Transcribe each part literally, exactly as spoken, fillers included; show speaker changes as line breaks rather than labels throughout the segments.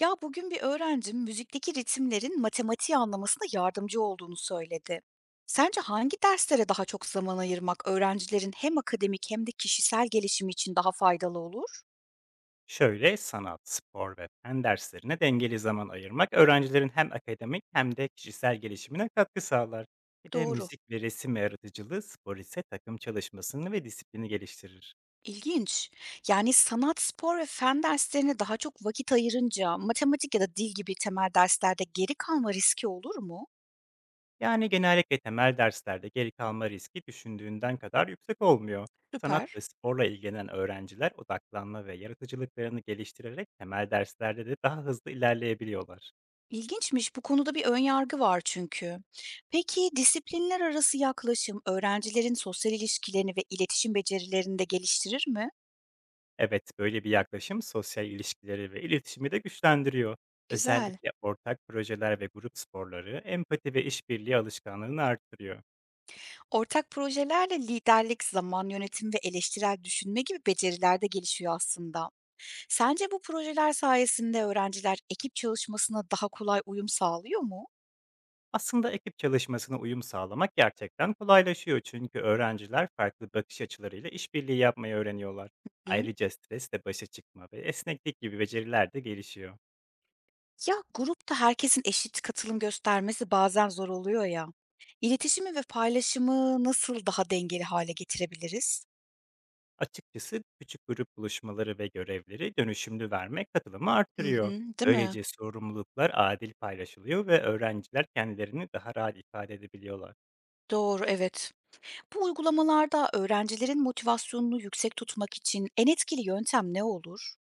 Ya bugün bir öğrencim müzikteki ritimlerin matematiği anlamasına yardımcı olduğunu söyledi. Sence hangi derslere daha çok zaman ayırmak öğrencilerin hem akademik hem de kişisel gelişimi için daha faydalı olur?
Şöyle sanat, spor ve fen derslerine dengeli zaman ayırmak öğrencilerin hem akademik hem de kişisel gelişimine katkı sağlar. Bir de
Doğru.
müzik ve resim yaratıcılığı, spor ise takım çalışmasını ve disiplini geliştirir.
İlginç. Yani sanat, spor ve fen derslerine daha çok vakit ayırınca matematik ya da dil gibi temel derslerde geri kalma riski olur mu?
Yani genellikle temel derslerde geri kalma riski düşündüğünden kadar yüksek olmuyor. Sanat ve
Süper.
sporla ilgilenen öğrenciler odaklanma ve yaratıcılıklarını geliştirerek temel derslerde de daha hızlı ilerleyebiliyorlar.
İlginçmiş. Bu konuda bir ön yargı var çünkü. Peki disiplinler arası yaklaşım öğrencilerin sosyal ilişkilerini ve iletişim becerilerini de geliştirir mi?
Evet, böyle bir yaklaşım sosyal ilişkileri ve iletişimi de güçlendiriyor.
Güzel.
Özellikle ortak projeler ve grup sporları empati ve işbirliği alışkanlığını artırıyor.
Ortak projelerle liderlik, zaman yönetimi ve eleştirel düşünme gibi beceriler de gelişiyor aslında. Sence bu projeler sayesinde öğrenciler ekip çalışmasına daha kolay uyum sağlıyor mu?
Aslında ekip çalışmasına uyum sağlamak gerçekten kolaylaşıyor, çünkü öğrenciler farklı bakış açılarıyla işbirliği yapmayı öğreniyorlar.
Hı?
Ayrıca stresle başa çıkma ve esneklik gibi beceriler de gelişiyor.
Ya grupta herkesin eşit katılım göstermesi bazen zor oluyor ya. İletişimi ve paylaşımı nasıl daha dengeli hale getirebiliriz?
Açıkçası küçük grup buluşmaları ve görevleri dönüşümlü vermek katılımı
Hı hı.
artırıyor.
Değil mi?
Böylece sorumluluklar adil paylaşılıyor ve öğrenciler kendilerini daha rahat ifade edebiliyorlar.
Doğru, evet. Bu uygulamalarda öğrencilerin motivasyonunu yüksek tutmak için en etkili yöntem ne olur?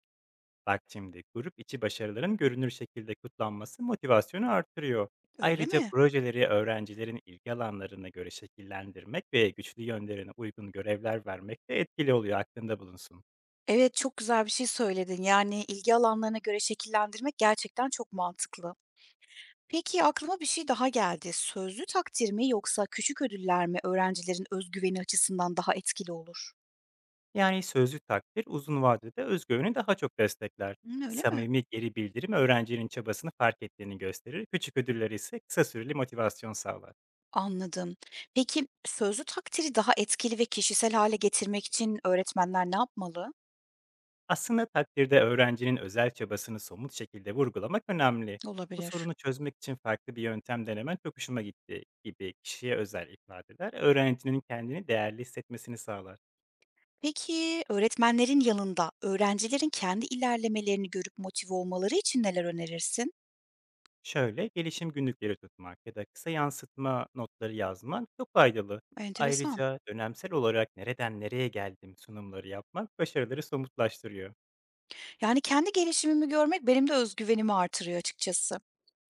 Bak şimdi, grup içi başarıların görünür şekilde kutlanması motivasyonu artırıyor.
Öyle
Ayrıca
mi?
projeleri öğrencilerin ilgi alanlarına göre şekillendirmek ve güçlü yönlerine uygun görevler vermek de etkili oluyor, aklında bulunsun.
Evet, çok güzel bir şey söyledin. Yani ilgi alanlarına göre şekillendirmek gerçekten çok mantıklı. Peki aklıma bir şey daha geldi. Sözlü takdir mi yoksa küçük ödüller mi öğrencilerin özgüveni açısından daha etkili olur?
Yani sözlü takdir uzun vadede öz daha çok destekler.
Hı, öyle mi?
Samimi geri bildirim öğrencinin çabasını fark ettiğini gösterir, küçük ödüller ise kısa süreli motivasyon sağlar.
Anladım. Peki sözlü takdiri daha etkili ve kişisel hale getirmek için öğretmenler ne yapmalı?
Aslında takdirde öğrencinin özel çabasını somut şekilde vurgulamak önemli. "Bu
Olabilir.
sorunu çözmek için farklı bir yöntem denemen çok hoşuma gitti" gibi kişiye özel ifadeler öğrencinin kendini değerli hissetmesini sağlar.
Peki, öğretmenlerin yanında öğrencilerin kendi ilerlemelerini görüp motive olmaları için neler önerirsin?
Şöyle, gelişim günlükleri tutmak ya da kısa yansıtma notları yazmak çok faydalı.
Enteresan.
Ayrıca dönemsel olarak "nereden nereye geldim" sunumları yapmak başarıları somutlaştırıyor.
Yani kendi gelişimimi görmek benim de özgüvenimi artırıyor açıkçası.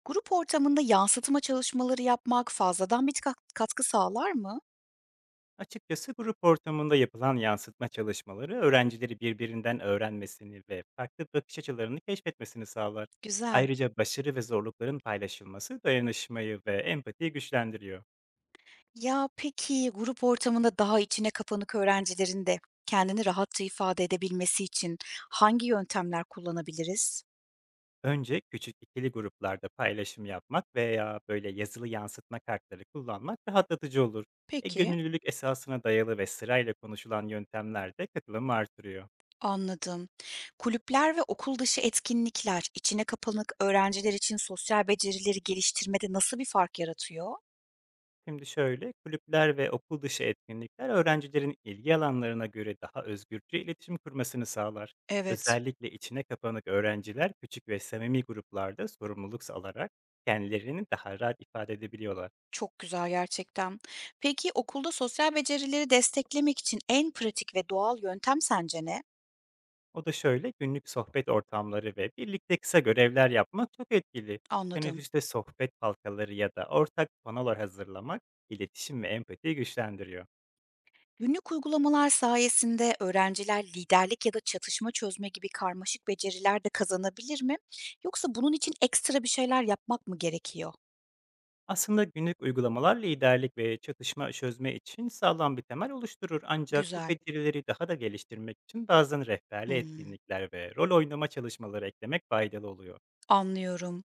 Grup ortamında yansıtma çalışmaları yapmak fazladan bir kat- katkı sağlar mı?
Açıkçası grup ortamında yapılan yansıtma çalışmaları öğrencileri birbirinden öğrenmesini ve farklı bakış açılarını keşfetmesini sağlar.
Güzel.
Ayrıca başarı ve zorlukların paylaşılması dayanışmayı ve empatiyi güçlendiriyor.
Ya peki grup ortamında daha içine kapanık öğrencilerin de kendini rahatça ifade edebilmesi için hangi yöntemler kullanabiliriz?
Önce küçük ikili gruplarda paylaşım yapmak veya böyle yazılı yansıtma kartları kullanmak rahatlatıcı olur. E
Peki.
gönüllülük esasına dayalı ve sırayla konuşulan yöntemler de katılımı artırıyor.
Anladım. Kulüpler ve okul dışı etkinlikler, içine kapanık öğrenciler için sosyal becerileri geliştirmede nasıl bir fark yaratıyor?
Şimdi şöyle, kulüpler ve okul dışı etkinlikler öğrencilerin ilgi alanlarına göre daha özgürce iletişim kurmasını sağlar.
Evet,
Özellikle içine kapanık öğrenciler küçük ve samimi gruplarda sorumluluk alarak kendilerini daha rahat ifade edebiliyorlar.
çok güzel gerçekten. Peki okulda sosyal becerileri desteklemek için en pratik ve doğal yöntem sence ne?
O da şöyle, günlük sohbet ortamları ve birlikte kısa görevler yapmak çok etkili.
Anladım.
Teneffüste sohbet halkaları ya da ortak panolar hazırlamak, iletişim ve empatiyi güçlendiriyor.
Günlük uygulamalar sayesinde öğrenciler liderlik ya da çatışma çözme gibi karmaşık beceriler de kazanabilir mi? Yoksa bunun için ekstra bir şeyler yapmak mı gerekiyor?
Aslında günlük uygulamalar liderlik ve çatışma çözme için sağlam bir temel oluşturur. Ancak bu
Güzel.
becerileri daha da geliştirmek için bazen rehberli
Hmm,
etkinlikler ve rol oynama çalışmaları eklemek faydalı oluyor.
anlıyorum.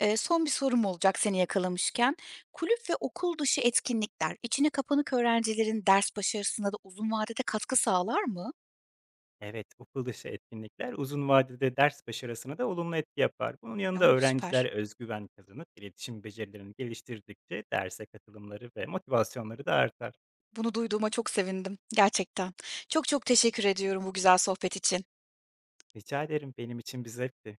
Eee, son bir sorum olacak seni yakalamışken. Kulüp ve okul dışı etkinlikler içine kapanık öğrencilerin ders başarısına da uzun vadede katkı sağlar mı?
Evet, okul dışı etkinlikler uzun vadede ders başarısına da olumlu etki yapar. Bunun yanında
O,
öğrenciler
süper.
özgüven kazanıp iletişim becerilerini geliştirdikçe derse katılımları ve motivasyonları da artar.
Bunu duyduğuma çok sevindim gerçekten. Çok çok teşekkür ediyorum bu güzel sohbet için.
Rica ederim, benim için bir zevkti.